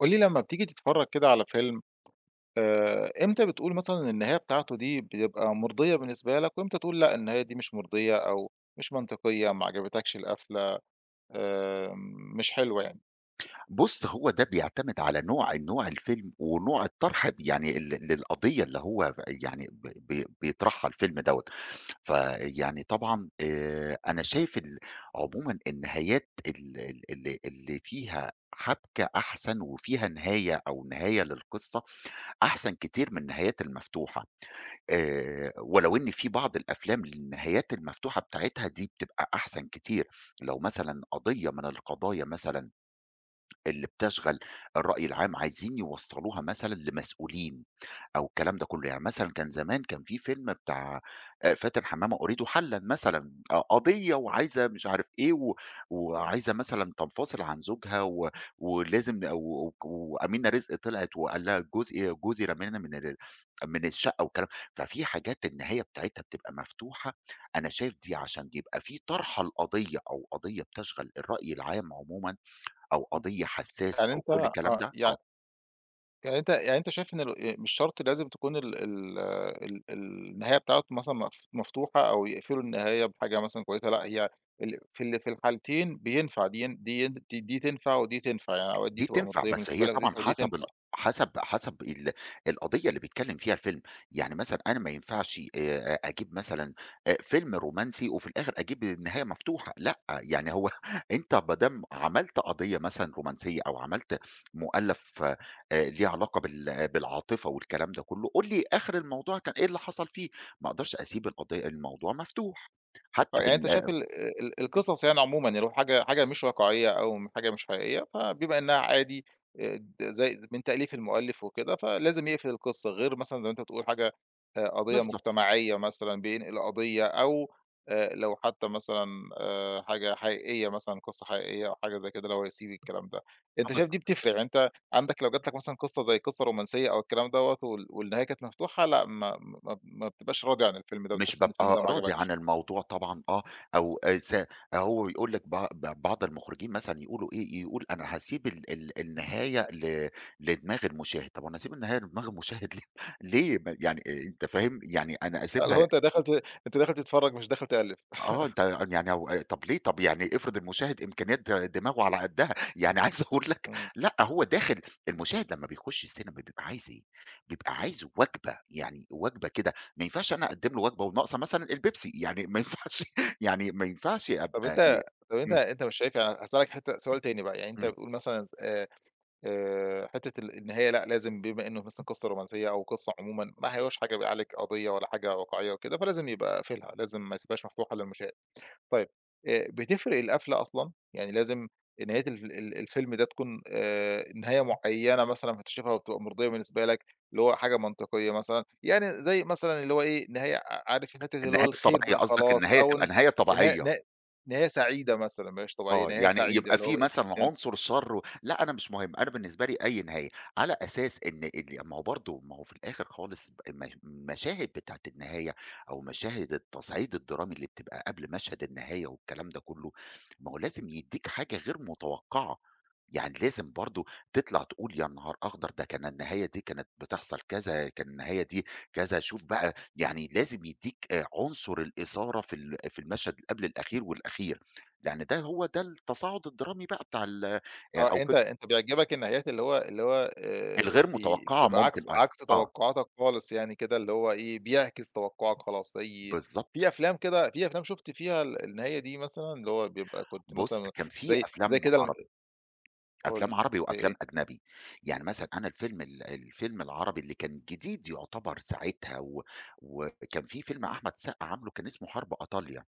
قولي لمّا بتيجي تتفرّج كده على فيلم، إمتى بتقول مثلًا إن النهاية بتاعته دي بتبقى مرضية بالنسبة لك، وإمتى تقول لأ النهاية دي مش مرضية أو مش منطقية، ما عجبتكش القفلة، مش حلوة يعني؟ بُص، هو ده بيعتمد على نوع الفيلم ونوع الطرح يعني للقضية اللي هو يعني ب ب بيطرحها الفيلم دوّة. فيعني طبعًا أنا شايف عمومًا النهايات ال ال اللي اللي فيها حبكة أحسن وفيها نهاية للقصة أحسن كتير من النهايات المفتوحة. ولو إن في بعض الأفلام النهايات المفتوحة بتاعتها دي بتبقى أحسن كتير. لو مثلًا قضية من القضايا مثلًا اللي بتشغل الرأي العام عايزين يوصّلوها مثلًا لمسؤولين أو الكلام ده كُلّه، يعني مثلًا كان زمان كان في فيلم بتاع فاتن حمامة أريد حلًا مثلًا، آه، قضية وعايزة مش عارف إيه وعايزة مثلًا تنفصل عن زوجها و ولازم و و... وأمينة رزق طلعت وقال لها جوزي جوزي رمانا من الشقة والكلام. ففي حاجات النهاية بتاعتها بتبقى مفتوحة، أنا شايف دي عشان يبقى في طرحة لقضية أو قضية بتشغل الرأي العام عمومًا أو إمم. قضية حساسة يعني أو أنت كل الكلام آه، ده، يع آه، يعني أنت يعني أنت شايف إن ال مش شرط لازم تكون ال ال ال النهاية بتاعته مثلًا مفتوحة أو يقفلوا النهاية بحاجة مثلًا كويسة، لأ هي ال في ال في الحالتين بينفع دي ين دي ين دي دي تنفع ودي تنفع، يعني أوقات دي دي تبقى تنفع، مرضية بس بالنسبة هي لك طبعًا ودي حسب ال تنفع. حسب حسب ال القضية اللي بيتكلّم فيها الفيلم، يعني مثلًا أنا ما ينفعش أجيب مثلًا فيلم رومانسي وفي الآخر أجيب النهاية مفتوحة، لأ، يعني هو أنت ما دام عملت قضية مثلًا رومانسية أو عملت مؤلف ليه علاقة بالعاطفة والكلام ده كلّه، قُل لي آخر الموضوع كان إيه اللي حصل فيه، ما أقدرش أسيب القضية الموضوع مفتوح، آه، حتى يعني أنت بال شايف آه، ال ال القصص يعني عمومًا يعني لو حاجة مش واقعية أو حاجة مش حقيقية، فبما إنها عادي د زي من تأليف المؤلف وكده، فلازم يقفل القصة، غير مثلًا زي ما أنت بتقول حاجة قضية بالضبط. مجتمعية مثلًا بينقل قضية أو لو حتى مثلًا حاجة حقيقية مثلًا قصة حقيقية أو حاجة زي كده، لو هو يسيب الكلام ده. آه، أنت شايف دي بالضبط. بتفرق، يعني أنت عندك لو جات لك مثلًا قصة زي قصة رومانسية أو الكلام دوّة والنهاية كانت مفتوحة، لأ ما بتبقاش راضي عن الفيلم ده، مش بتحس إن الفيلم بابقى ده ما راضي عن عجبكش. الموضوع طبعًا آه، أو س هو بيقول لِك بع ب بعض المخرجين مثلًا يقولوا إيه، يقول أنا هاسيب ال ال النهاية لدماغ المشاهد، طب أنا هاسيب النهاية لدماغ المشاهد ليه؟ ليه ما يعني آه، أنت فاهم، يعني أنا آه، اللي هو أسيبها أنت داخل تتفرّج مش داخل تألّف. آه، ده أن يعني هو آه، طب ليه؟ طب يعني افرض المشاهد إمكانيات دماغه على قدها، يعني عايز أقول لك إمم. لأ، هو داخل المشاهد لمّا بيخش السينما بيبقى عايز إيه؟ بيبقى عايز وجبة، يعني وجبة كده، ما ينفعش أنا أقدّم له وجبة وناقصة مثلًا البيبسي، يعني ما ينفعش يعني ما ينفعش طب أبقى ي أنت طب أنت إمم. أنت مش شايف يعني هاسألك حتّة سؤال تاني بقى، يعني أنت إمم. بتقول مثلًا ز حتّة النهاية لأ لازم بما إنه مثلًا قصّة رومانسية أو قصّة عمومًا ما هياش حاجة بيعالج قضية ولا حاجة واقعية وكده، فلازم يبقى قافلها، لازم ما يسيبهاش مفتوحة للمشاهد. طيب، بتفرق القفلة أصلًا؟ يعني لازم نهاية ال ال الفيلم ده تكون نهاية معيّنة مثلًا هتشوفها وبتبقى مرضية بالنسبة لك، اللي هو حاجة منطقية مثلًا، يعني زي مثلًا اللي هو إيه، نهاية عارف حتّة اللي هو النهاية الخير الطبيعية، بقى قصدك خلاص النهاية أو تبقى ن نهاية نها طبيعية. نه نهاية سعيدة مثلًا، ما هياش طبيعية، آه، نهاية يعني سعيدة يبقى اللي هو في ب مثلًا عنصر شر و لأ، أنا مش مهم، أنا بالنسبة لي أي نهاية، على أساس إن ال يعني ما هو برضه ما هو في الآخر خالص المشاهد بتاعة النهاية أو مشاهد التصعيد الدرامي اللي بتبقى قبل مشهد النهاية والكلام ده كله، ما هو لازم يدّيك حاجة غير متوقعة، يعني لازم برضه تطلع تقول يا نهار أخضر! ده كان النهاية دي كانت بتحصل كذا، كان النهاية دي كذا، شوف بقى يعني لازم يدّيك عنصر الإثارة في المشهد اللي قبل الأخير والأخير. يعني ده هو ده التصاعد الدرامي بقى بتاع ال آه، أو أنت فكرة أنت بيعجبك النهايات اللي هو اللي هو الغير متوقعة بتبقى ممكن عكس آه، عكس آه، توقعاتك خالص يعني كده، اللي هو إيه، بيعكس توقعك خلاص. زي في بالضبط. أفلام كده في أفلام شُفت فيها النهاية دي مثلًا، اللي هو بيبقى كنت بُص، مثلًا كان في زي أفلام كده عربي، قُل أفلام لي، عربي زي وأفلام إيه؟ أجنبي. يعني مثلًا أنا الفيلم العربي اللي كان جديد يُعتبر ساعتها وكان في فيلم أحمد السقا عامله كان اسمه حرب إيطاليا،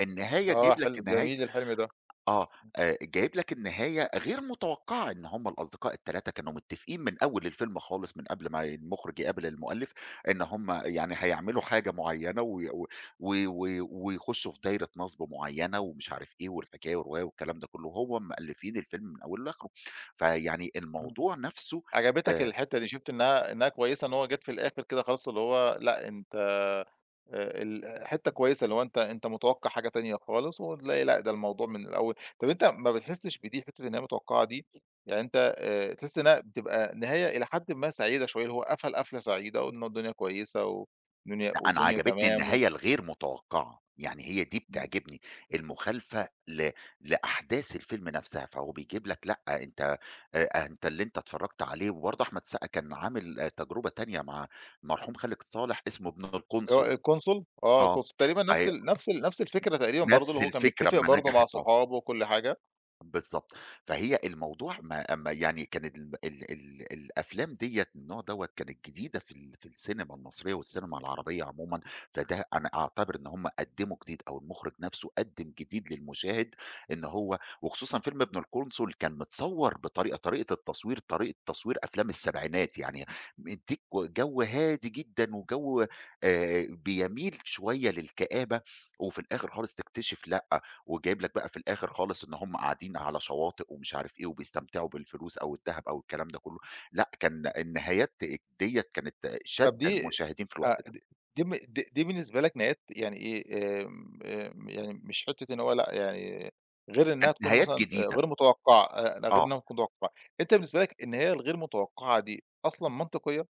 النهاية تجيب آه، لك حلو، النهاية جميل الحلم ده. آه، جايب لك النهاية غير متوقعة، إن هم الأصدقاء ال3 كانوا متفقين من أول الفيلم خالص، من قبل ما المُخرج يقابل المؤلف، إن هم يعني هيعملوا حاجة معيّنة وي و و و- ويخشوا في دايرة نصب معيّنة ومش عارف إيه والحكاية والرواية والكلام ده كلّه، وهو مألفين الفيلم من أوله لآخره، فيعني الموضوع نفسه عجبتك آآ الحتّة دي، شُفت إنها كويسة إن هو جات في الآخر كده خلاص اللي هو لأ، أنت ال حتّة كويسة اللي هو أنت متوقّع حاجة تانية خالص وتلاقي لأ، ده الموضوع من الأول. طَب أنت ما بتحسّش بدي حتّة إن هي متوقّعة دي، يعني أنت تحس إنها بتبقى نهاية إلى حدٍ ما سعيدة شوية، اللي هو قفلة سعيدة وإنه الدنيا كويسة والدنيا لأ، أنا والدنيا عجبتني تمام النهاية الغير متوقعة، يعني هي دي إمم. بتعجبني، المخالفة لأحداث الفيلم نفسها، فهو بيجيب لك لأ، أنت أنت اللي أنت اتفرّجت عليه وبرضه أحمد السقا كان عامل آه، تجربة تانية مع المرحوم خالد صالح اسمه ابن هو القنصل، الConsole آه، آه، الConsole تقريبًا أيوه، نفس الفكرة تقريبًا برضه اللي نفس هو كان الفكرة متّفق أمّا برضه مع نجحت، آه. صحابه وكل حاجة. بالضبط. فهي الموضوع ما يعني كان ال ال ال الأفلام ديّة من النوع دوّة كانت جديدة في السينما المصرية والسينما العربية عمومًا، فده أنا أعتبر إن هم قدّموا جديد أو المُخرِج نَفْسه قدّم جديد للمشاهد إن هو وخصوصًا فيلم ابن القنصل كان متصوّر بطريقة طريقة التصوير طريقة تصوير أفلام السبعينات، يعني مدّيك جو هادي جدًا وجو بيميل شوية للكآبة وفي الآخر خالص تكتشف لأ، وجايب لك بقى في الآخر خالص إن هم قاعدين على شواطئ ومش عارف إيه، وبيستمتعوا بالفلوس أو الدهب أو الكلام ده كله، لأ كان النهايات ديّة كانت شادة طب دي المشاهدين في آه، الوقت ده، د دي م د دي بالنسبة لك نهايات يعني إيه، آمم، آمم، يعني مش حتّة إن هو لأ، يعني غير إنّها كانت تكون نهايات مثلًا جديدة، غير متوقعة، لأ غير آه، إنّها تكون متوقعة، أنت بالنسبة لك النهاية الغير متوقعة دي أصلًا منطقية؟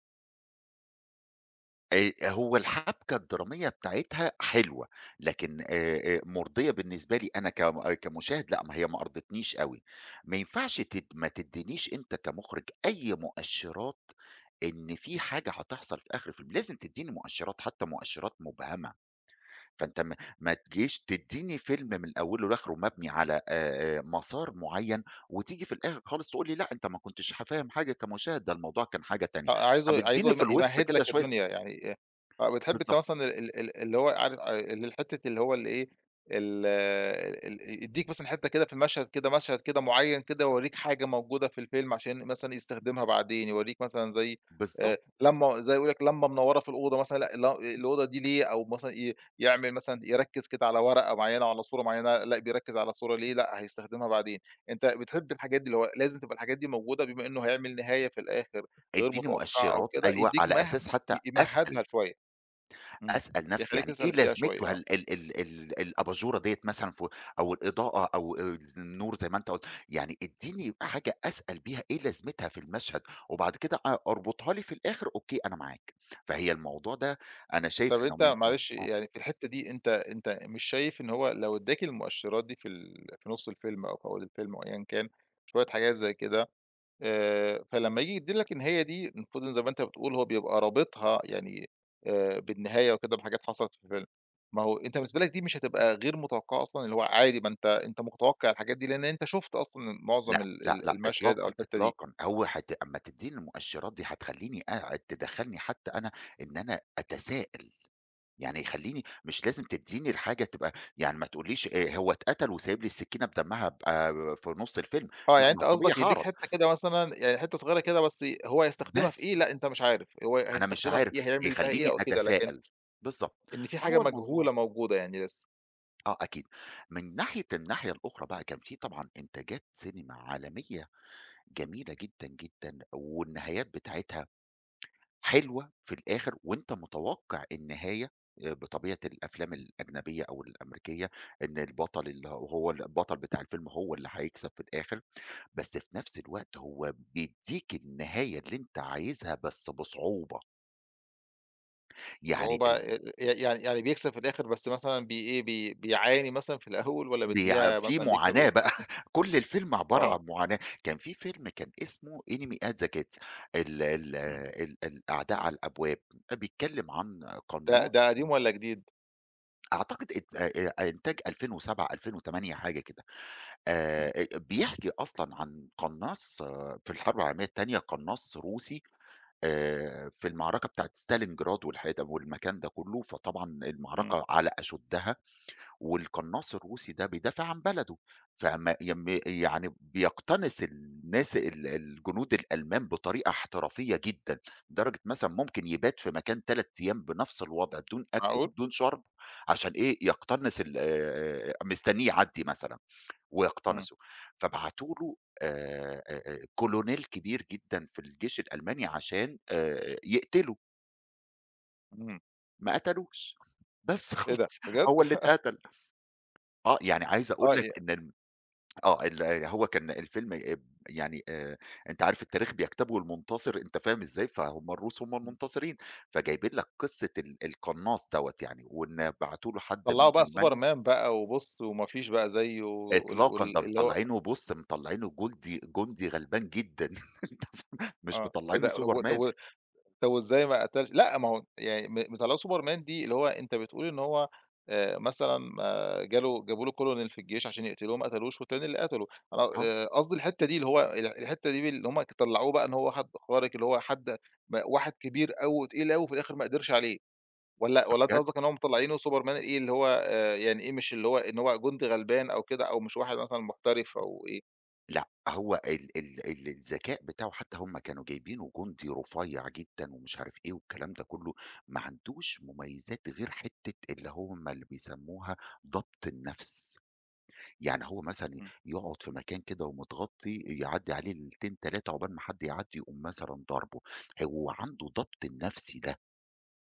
هو الحبكة الدرامية بتاعتها حلوة، لكن مرضية بالنسبة لي أنا آه، كمشاهد لأ، ما هي ما أرضتنيش أوي، ما ينفعش ما تدينيش أنت كمُخرِج أي مؤشرات إن في حاجة هتحصل في آخر الفيلم، لازم تديني مؤشرات حتى مؤشرات مبهمة. فأنت ما تجيش تدّيني فيلم من أوله لآخره مبني على مسار معيّن وتيجي في الآخر خالص تقول لي لأ أنت ما كنتش فاهم حاجة كمشاهد، ده الموضوع كان حاجة تانية. آه، طب عايزه ادّيني في الوسط يمهّد كده لك شوية. الدنيا يعني آه، بتحب أنت بالضبط، مثلًا ال ال ال اللي هو عارف الحتة اللي هو اللي إيه، ال آه، ال يدّيك مثلًا حتة كده في المشهد كده مشهد كده معيّن كده، يورّيك حاجة موجودة في الفيلم عشان مثلًا يستخدمها بعدين، يورّيك مثلًا زي بالضبط، لمبة زي يقول لك لمبة منوّرة في الأوضة مثلًا، لأ الأوضة دي ليه، أو مثلًا يعمل مثلًا يركّز كده على ورقة معيّنة أو على صورة معيّنة، لأ بيركّز على صورة ليه، لأ هيستخدمها بعدين. أنت بتحب الحاجات دي، اللي هو لازم تبقى الحاجات دي موجودة بما إنه هيعمل نهاية في الآخر. غير ادّيني متوقعة أو مؤشرات كده، أيوه، يدّيك على أساس حتى أسأل. يمهّدها شوية، إمم، أسأل نفسي يخلّيك يعني إيه تسأل فيها شوية لازمته آه. هال ال ال ال الأباجورة ديّة مثلًا أو الإضاءة أو النور زي ما أنت قُلت، يعني ادّيني حاجة أسأل بيها إيه لازمتها في المشهد، وبعد كده اربطها لي في الآخر أوكي أنا معاك، فهي الموضوع ده أنا شايف طَب إنه أنت ما ينفعش معلش آه، يعني في الحتّة دي أنت مش شايف إن هو لو ادّاك المؤشرات دي في نُص الفيلم أو في أول الفيلم أو أيًا كان، شوية حاجات زي كده فلمّا ييجي يدّي لك إن هي دي المفروض إن زي ما أنت بتقول هو بيبقى رابطها يعني بالنهاية وكده بحاجات حصلت في الفيلم، ما هو أنت بالنسبة لك دي مش هتبقى غير متوقعة أصلًا اللي هو عادي ما أنت متوقع الحاجات دي لإن أنت شُفت أصلًا معظم لأ، ال لأ، ال لأ المشهد أو إطلاقًا، الحتّة دي. إطلاقًا، هو هت أمّا تدّيني المؤشرات دي هتخلّيني تدخّلني حتى أنا إن أنا أتساءل. يعني يخلّيني مش لازم تدّيني الحاجة تبقى يعني ما تقولّيش هو اتقتل وسايب لي السكينة بدمّها بقى في نُص الفيلم، آه، لأ يعني ما أنت طبيعي قصدك يدّيك هاعرف، حتّة كده مثلًا يعني حتّة صغيرة كده بس هو هيستخدمها في بس إيه، لأ أنت مش عارف، هو أنا مش هيستخدمها في عارف إيه، هيعمل بيها إيه يخلّيني أو كده، لكن أتساءل، بالضبط، إن في حاجة فهو الموضوع مجهولة موجودة يعني لسه، آه أكيد، من ناحية الناحية الأخرى بقى كان في طبعًا إنتاجات سينما عالمية جميلة جدًا، جدًا والنهايات بتاعتها حلوة في الآخر وأنت متوقع النهاية بطبيعة الأفلام الأجنبية أو الأمريكية إن البطل اللي هو هو البطل بتاع الفيلم هو اللي هيكسب في الآخر، بس في نفس الوقت هو بيدّيك النهاية اللي أنت عايزها بس بصعوبة، يعني بصعوبة ال ي يعني يعني بيكسب في الآخر بس مثلًا إيه، بيعاني مثلًا في الأول والّا بيع بيدّيها في مثلًا بيكسب معاناة إيه؟ بقى كل الفيلم عبارة آه، عن معاناة، كان في فيلم كان اسمه Enemy at the Gates ال ال إمم، ال الأعداء على الأبواب، بيتكلم عن ده قناص. ده قديم والّا جديد؟ أعتقد إت إنتاج 2007، 2008 حاجة كده. إمم، أ بيحكي أصلًا عن قناص آه، في الحرب العالمية التانية، قناص روسي في المعركة بتاعة ستالينجراد والحتت والمكان ده كله، فطبعًا إمم، المعركة على أشُدّها والقناص الروسي ده بيدافع عن بلده، فما يم يعني بيقتنص الناس الجنود الألمان بطريقة احترافية جدًا، لدرجة مثلًا ممكن يبات في مكان 3 أيام بنفس الوضع بدون أكل معقول! وبدون شرب، عشان إيه، يقتنص ال مستنيه يعدّي مثلًا إمم، ويقتنصه، فبعتوا له كولونيل كبير جدًا في الجيش الألماني عشان يقتله، إمم، ما قتلوش، بس إيه ده خلاص بجد! هو اللي اتقتل، آه، يعني عايز أقول آه، لك إن الم آه، آه، هو كان الفيلم يعني آآ أنت عارف التاريخ بيكتبه المنتصر، أنت فاهم إزاي؟ فهُم الروس هُم إمم، المنتصرين، فجايبين لك قصة ال القناص دوّة يعني، وإن بعتوا له حد من طلّعوا بقى ألمانيا. سوبرمان بقى وبُص وما فيش بقى زيه وال إطلاقًا، ده وال اللي هو مطلّعينه بُص، مطلّعينه جندي غلبان جدًا، أنت فاهم؟ مش آه، إيه مطلّعينه ده طب و سوبرمان، طب طب وإزاي ما قتلش لأ ما هو يعني مطلّعوه سوبرمان دي اللي هو أنت بتقول إن هو مثلًا ما جاله جابوا له colonel في الجيش عشان يقتلوه ما قتلوش والتاني اللي قتله، أنا آه، قصدي الحتّة دي اللي هو الحتّة دي اللي هم طلّعوه بقى إن هو واحد خارق اللي هو حد م واحد كبير أوي وتقيل أوي وفي الآخر ما قدرش عليه، والّا أنت بجد. قصدك إن هم مطلّعينه سوبرمان إيه اللي هو يعني إيه مش اللي هو إن هو جندي غلبان أو كده أو مش واحد مثلًا محترف أو إيه؟ لأ، هو ال ال ال الذكاء بتاعه حتى هم كانوا جايبينه جندي رفيّع جدًا ومش عارف إيه والكلام ده كلّه، ما عندوش مميزات غير حتّة اللي بيسموها ضبط النَفْس، يعني هو مثلًا إمم، يقعد في مكان كده ومتغطي يعدّي عليه ليلتين، 3 عقبال ما حد يعدّي يقوم مثلًا ضاربه، هو عنده ضبط النَفْس ده،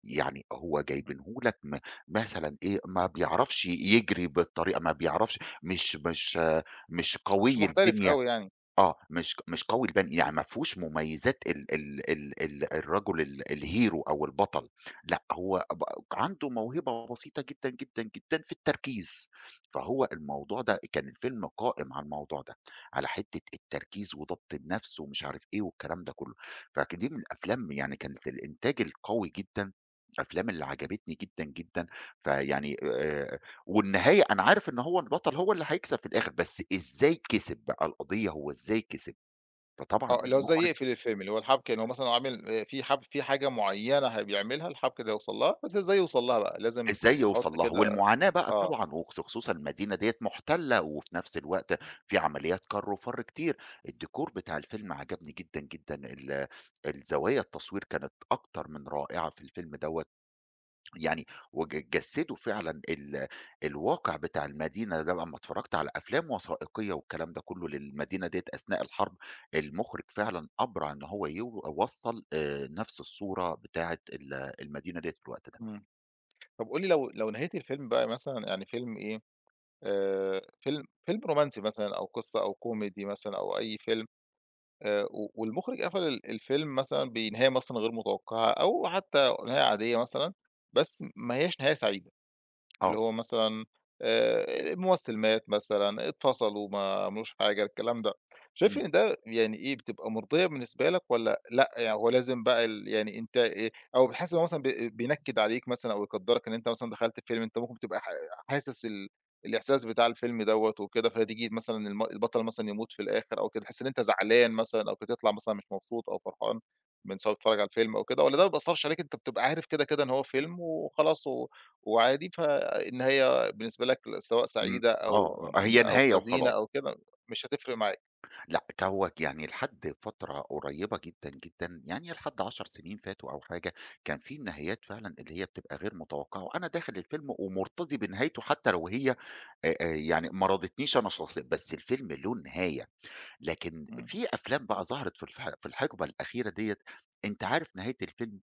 يعني هو إمم، جايبينه لك مثلًا إيه، ما بيعرفش يجري بالطريقة، ما بيعرفش مش مش قوي محترف البنية. أوي يعني. آه، مش قوي يعني ما فيهوش مميزات ال ال ال ال الرجل الhero أو البطل، لأ هو ب عنده موهبة بسيطة جدًا، جدًا، جدًا في التركيز، فهو الموضوع ده كان الفيلم قائم على الموضوع ده، على حتّة التركيز وضبط النَفْس ومش عارف إيه والكلام ده كُلّه، دي من الأفلام يعني كانت الإنتاج القوي جدًا، الأفلام اللي عجبتني جدًا، جدًا، فيعني والنهاية أنا عارف إن هو البطل هو اللي هيكسب في الآخر، بس إزاي كسب بقى القضية هو إزاي كسب، فطبعًا آه، اللي هو المُخرِج زي اقفل الفيلم، اللي هو الحبْك يعني هو مثلًا هو عامل في حاجة معيّنة بيعملها الحبْك ده يوصل لها، بس إزاي يوصل لها بقى، لازم إزاي يوصل يحُط لها، كده والمعاناة بقى آه، طبعًا خصوصًا المدينة ديّة مُحتلة، وفي نفس الوقت في عمليات كَر وفَر كتير، الديكور بتاع الفيلم عجبني جدًا، جدًا، الزوايا التصوير كانت أكتر من رائعة في الفيلم دوّة، يعني جسّدوا فعلًا الواقع بتاع المدينة ده لمّا اتفرّجت على أفلام وثائقية والكلام ده كُلّه للمدينة ديّة أثناء الحرب، المُخرِج فعلًا أبرع إن هو وصّل نَفْس الصورة بتاعة المدينة ديّة في الوقت ده. إمم. طَب قُل لي لو نهاية الفيلم بقى مثلًا يعني فيلم إيه، فيلم رومانسي مثلًا أو قصة أو كوميدي مثلًا أو أي فيلم و والمُخرِج قفل الفيلم مثلًا بنهاية مثلًا غير متوقعة أو حتى نهاية عادية مثلًا، بس ما هياش نهاية سعيدة. اللي آه. هو مثلًا مُوَسِّلمات مثلًا، اتفصلوا ما عملوش حاجة، الكلام ده. شايف إمم. إن ده يعني إيه، بتبقى مرضية بالنسبة لك والّا لأ، يعني هو لازم بقى يعني أنت أو بتحس إن هو مثلًا بينكِّد عليك مثلًا أو يقدّرك إن أنت مثلًا دخلت فيلم أنت ممكن تبقى حاسس الإحساس بتاع الفيلم دوّة وكده، فتيجي مثلًا البطل مثلًا يموت في الآخر أو كده، تحس إن أنت زعلان مثلًا أو كده، تطلع مثلًا مش مبسوط أو فرحان من سواء بتتفرّج على الفيلم أو كده والّا ده ما بيأثّرش عليك، أنت بتبقى عارف كده، كده إن هو فيلم وخلاص وعادي فإن هي بالنسبة لك سواء إمم. سعيدة أو آه. هي أو نهاية حزينة وخلاص. أو كده مش هتفرق معاك، لأ، هو يعني لحد فترة قريّبة جدًا، جدًا، يعني لحد 10 سنين فاتوا أو حاجة، كان في النهايات فعلًا اللي هي بتبقى غير متوقعة، وأنا داخل الفيلم ومُرتضي بنهايته حتى لو هي يعني ما راضتنيش أنا شخصيًا، بس الفيلم له نهاية، لكن إمم، في أفلام بقى ظهرت في الحقبة الأخيرة ديّة، أنت عارف نهاية الفيلم.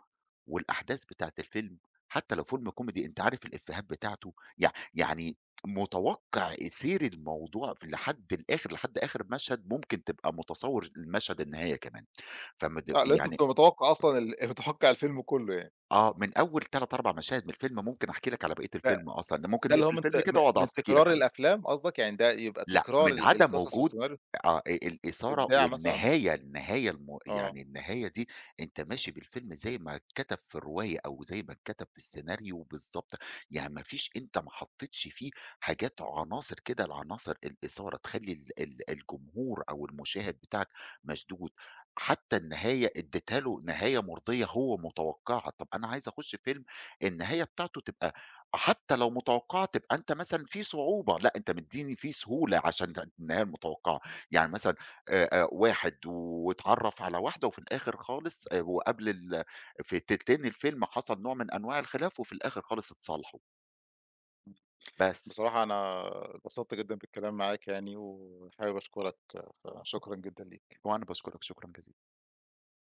والأحداث بتاعة الفيلم حتى لو فيلم كوميدي أنت عارف الإفيهات بتاعته، يعني متوقّع سير الموضوع في لحد الآخر، لحد آخر مشهد ممكن تبقى متصوّر المشهد النهاية كمان. فمد آه، لأن أنت يعني بتبقى متوقع أصلًا متوقع الفيلم كله يعني، آه، من أول 3، 4 مشاهد من الفيلم ممكن أحكي لك على بقية ده الفيلم أصلًا، ممكن ده اللي هو نقفل من ت الفيلم م كده وأقعد من أحكي لك تكرار عليه. الأفلام قصدك؟ يعني ده يبقى لأ، تكرار من عدم القصص وجود والسيناريو آه، الإثارة إبداع مثلًا؟ والنهاية، النهاية الم آه، يعني النهاية دي أنت ماشي بالفيلم زي ما اتكتب في الرواية أو زي ما اتكتب في السيناريو بالضبط، يعني ما فيش أنت ما حطيتش فيه حاجات عناصر كده العناصر الإثارة تخلّي ال ال الجمهور أو المشاهد بتاعك مشدود، حتى النهاية اديتها له نهاية مرضية هو متوقعها، طب أنا عايز أخش فيلم النهاية بتاعته تبقى حتى لو متوقعة تبقى أنت مثلًا في صعوبة، لأ أنت مدّيني في سهولة عشان النهاية المتوقعة، يعني مثلًا واحد واتعرّف على واحدة وفي الآخر خالص وقبل ال في تلتين الفيلم حصل نوع من أنواع الخلاف وفي الآخر خالص اتصالحوا، بس. بصراحة أنا اتبسطت جدًا بالكلام معاك يعني، وحابب أشكرك، فشكرًا جدًا ليك. وأنا باشكرك شكرًا جزيلًا.